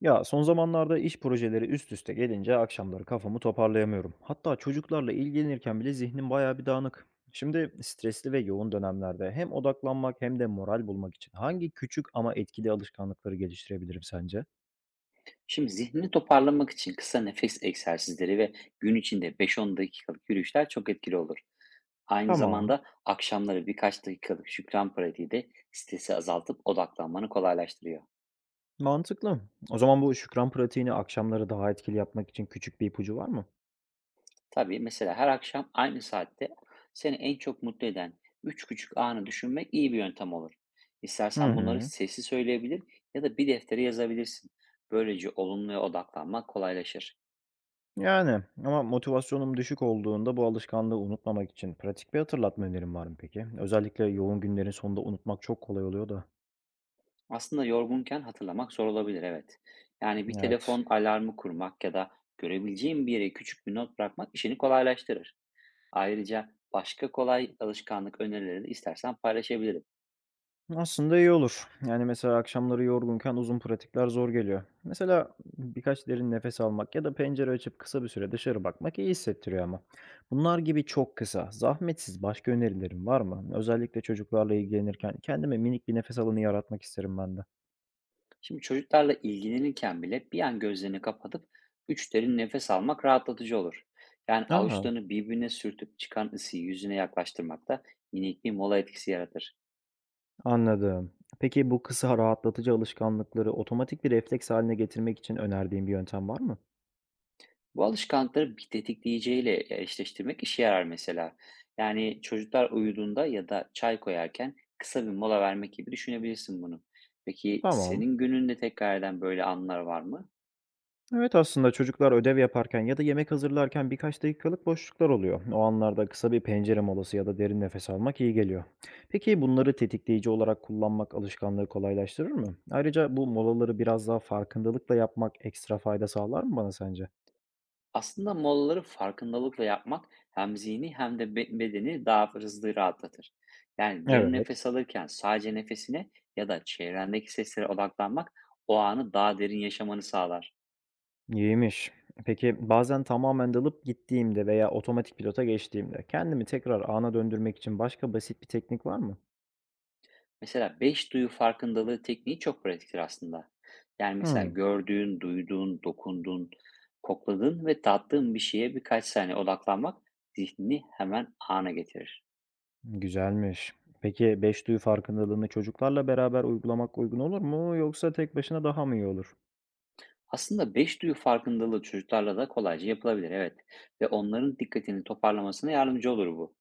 Ya son zamanlarda iş projeleri üst üste gelince akşamları kafamı toparlayamıyorum. Hatta çocuklarla ilgilenirken bile zihnim bayağı bir dağınık. Şimdi stresli ve yoğun dönemlerde hem odaklanmak hem de moral bulmak için hangi küçük ama etkili alışkanlıkları geliştirebilirim sence? Şimdi zihnini toparlamak için kısa nefes egzersizleri ve gün içinde 5-10 dakikalık yürüyüşler çok etkili olur. Aynı Tamam. zamanda akşamları birkaç dakikalık şükran pratiği de stresi azaltıp odaklanmanı kolaylaştırıyor. Mantıklı. O zaman bu şükran pratiğini akşamları daha etkili yapmak için küçük bir ipucu var mı? Tabii mesela her akşam aynı saatte seni en çok mutlu eden 3 küçük anı düşünmek iyi bir yöntem olur. Hı İstersen bunları hı. sesli söyleyebilir ya da bir deftere yazabilirsin. Böylece olumluya odaklanmak kolaylaşır. Yani ama motivasyonum düşük olduğunda bu alışkanlığı unutmamak için pratik bir hatırlatma önerim var mı peki? Özellikle yoğun günlerin sonunda unutmak çok kolay oluyor da. Aslında yorgunken hatırlamak zor olabilir, evet. Yani bir Evet. telefon alarmı kurmak ya da görebileceğim bir yere küçük bir not bırakmak işini kolaylaştırır. Ayrıca başka kolay alışkanlık önerileri de istersen paylaşabilirim. Aslında iyi olur. Yani, mesela akşamları yorgunken uzun pratikler zor geliyor. Mesela birkaç derin nefes almak ya da pencere açıp kısa bir süre dışarı bakmak iyi hissettiriyor ama. Bunlar gibi çok kısa, zahmetsiz başka önerilerin var mı? Özellikle çocuklarla ilgilenirken kendime minik bir nefes alanı yaratmak isterim ben de. Şimdi çocuklarla ilgilenirken bile bir an gözlerini kapatıp üç derin nefes almak rahatlatıcı olur. Yani A! avuçlarını birbirine sürtüp çıkan ısıyı yüzüne yaklaştırmak da minik bir mola etkisi yaratır. Anladım. Peki bu kısa rahatlatıcı alışkanlıkları otomatik bir refleks hâline getirmek için önerdiğin bir yöntem var mı? Bu alışkanlıkları bir tetikleyiciyle eşleştirmek işe yarar mesela. Yani çocuklar uyuduğunda ya da çay koyarken kısa bir mola vermek gibi düşünebilirsin bunu. Peki Tamam. senin gününde tekrar eden böyle anlar var mı? Evet, aslında çocuklar ödev yaparken ya da yemek hazırlarken birkaç dakikalık boşluklar oluyor. O anlarda kısa bir pencere molası ya da derin nefes almak iyi geliyor. Peki bunları tetikleyici olarak kullanmak alışkanlığı kolaylaştırır mı? Ayrıca bu molaları biraz daha farkındalıkla yapmak ekstra fayda sağlar mı bana sence? Aslında molaları farkındalıkla yapmak hem zihni hem de bedeni daha hızlı rahatlatır. Yani derin Evet, nefes alırken sadece nefesine ya da çevrendeki seslere odaklanmak o anı daha derin yaşamanı sağlar. iyiymiş. Peki bazen tamamen dalıp gittiğimde veya otomatik pilota geçtiğimde kendimi tekrar ana döndürmek için başka basit bir teknik var mı? Mesela 5 duyu farkındalığı tekniği çok pratiktir aslında. Yani mesela Hmm. gördüğün, duyduğun, dokunduğun, kokladığın ve tattığın bir şeye birkaç saniye odaklanmak zihnini hemen ana getirir. Güzelmiş. Peki beş duyu farkındalığını çocuklarla beraber uygulamak uygun olur mu yoksa tek başına daha mı iyi olur? Aslında beş duyu farkındalığı çocuklarla da kolayca yapılabilir, evet. Ve onların dikkatini toparlamasına yardımcı olur bu.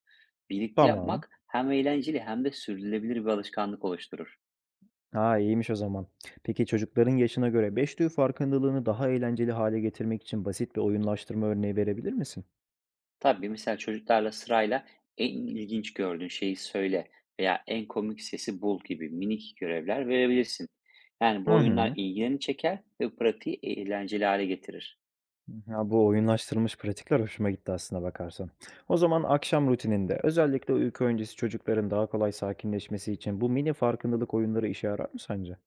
Birlikte Tamam. yapmak hem eğlenceli hem de sürdürülebilir bir alışkanlık oluşturur. Ha iyiymiş o zaman. Peki çocukların yaşına göre beş duyu farkındalığını daha eğlenceli hale getirmek için basit bir oyunlaştırma örneği verebilir misin? Tabii, mesela çocuklarla sırayla "En ilginç gördüğün şeyi söyle." veya "En komik sesi bul." gibi minik görevler verebilirsin. Yani bu Hı oyunlar hı. ilgilerini çeker ve pratiği eğlenceli hâle getirir. Ya bu oyunlaştırılmış pratikler hoşuma gitti aslına bakarsan. O zaman akşam rutininde özellikle uyku öncesi çocukların daha kolay sakinleşmesi için bu mini farkındalık oyunları işe yarar mı sence?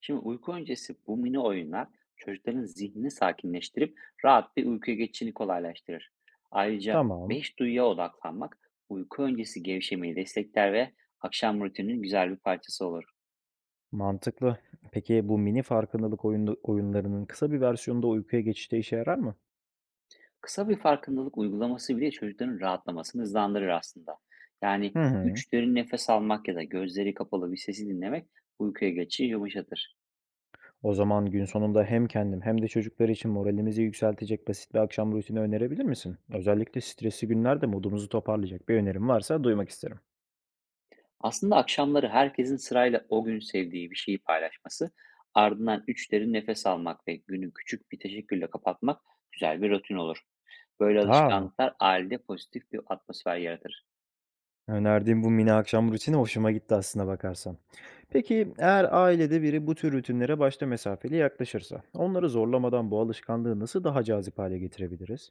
Şimdi uyku öncesi bu mini oyunlar çocukların zihnini sakinleştirip rahat bir uykuya geçişini kolaylaştırır. Ayrıca Tamam. 5 duyuya odaklanmak uyku öncesi gevşemeyi destekler ve akşam rutininin güzel bir parçası olur. Mantıklı. Peki bu mini farkındalık oyunu oyunlarının kısa bir versiyonunda uykuya geçişte işe yarar mı? Kısa bir farkındalık uygulaması bile çocukların rahatlamasını hızlandırır aslında. Hı Yani hı. üç derin nefes almak ya da gözleri kapalı bir sesi dinlemek uykuya geçişi yumuşatır. O zaman gün sonunda hem kendim hem de çocuklar için moralimizi yükseltecek basit bir akşam rutini önerebilir misin? Özellikle stresli günlerde modumuzu toparlayacak bir önerim varsa duymak isterim. Aslında akşamları herkesin sırayla o gün sevdiği bir şeyi paylaşması, ardından üç derin nefes almak ve günü küçük bir teşekkürle kapatmak güzel bir rutin olur. Böyle Aa, alışkanlıklar ailede pozitif bir atmosfer yaratır. önerdiğim bu mini akşam rutini hoşuma gitti aslına bakarsan. Peki eğer ailede biri bu tür rutinlere başta mesafeli yaklaşırsa, onları zorlamadan bu alışkanlığı nasıl daha cazip hale getirebiliriz?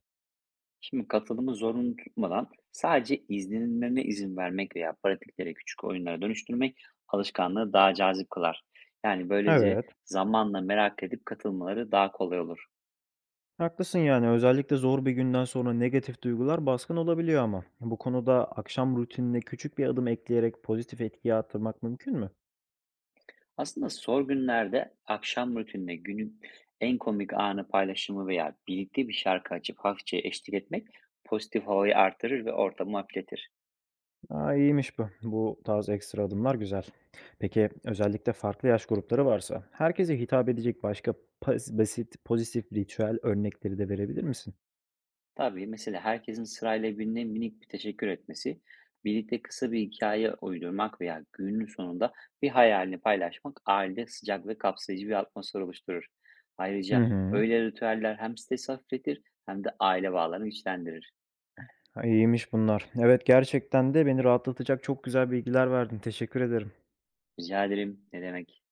Şimdi katılımı zorunlu tutmadan sadece izlenilmeme izin vermek veya pratiklere küçük oyunlara dönüştürmek alışkanlığı daha cazip kılar. Yani böylece Evet. zamanla merak edip katılmaları daha kolay olur. Haklısın yani özellikle zor bir günden sonra negatif duygular baskın olabiliyor ama. Bu konuda akşam rutinine küçük bir adım ekleyerek pozitif etkiyi arttırmak mümkün mü? Aslında sor günlerde akşam rutinine günün en komik anı paylaşımı veya birlikte bir şarkı açıp hafifçe eşlik etmek pozitif havayı artırır ve ortamı hafifletir. Aa, iyiymiş bu. Bu tarz ekstra adımlar güzel. Peki özellikle farklı yaş grupları varsa herkese hitap edecek başka basit pozitif ritüel örnekleri de verebilir misin? Tabii mesela herkesin sırayla birine minik bir teşekkür etmesi, birlikte kısa bir hikaye uydurmak veya günün sonunda bir hayalini paylaşmak ailede sıcak ve kapsayıcı bir atmosfer oluşturur. Hı Ayrıca hı. öyle ritüeller hem stresi hafifletir hem de aile bağlarını güçlendirir. Ha, İyiymiş bunlar. Evet gerçekten de beni rahatlatacak çok güzel bilgiler verdin. Teşekkür ederim. Rica ederim. Ne demek?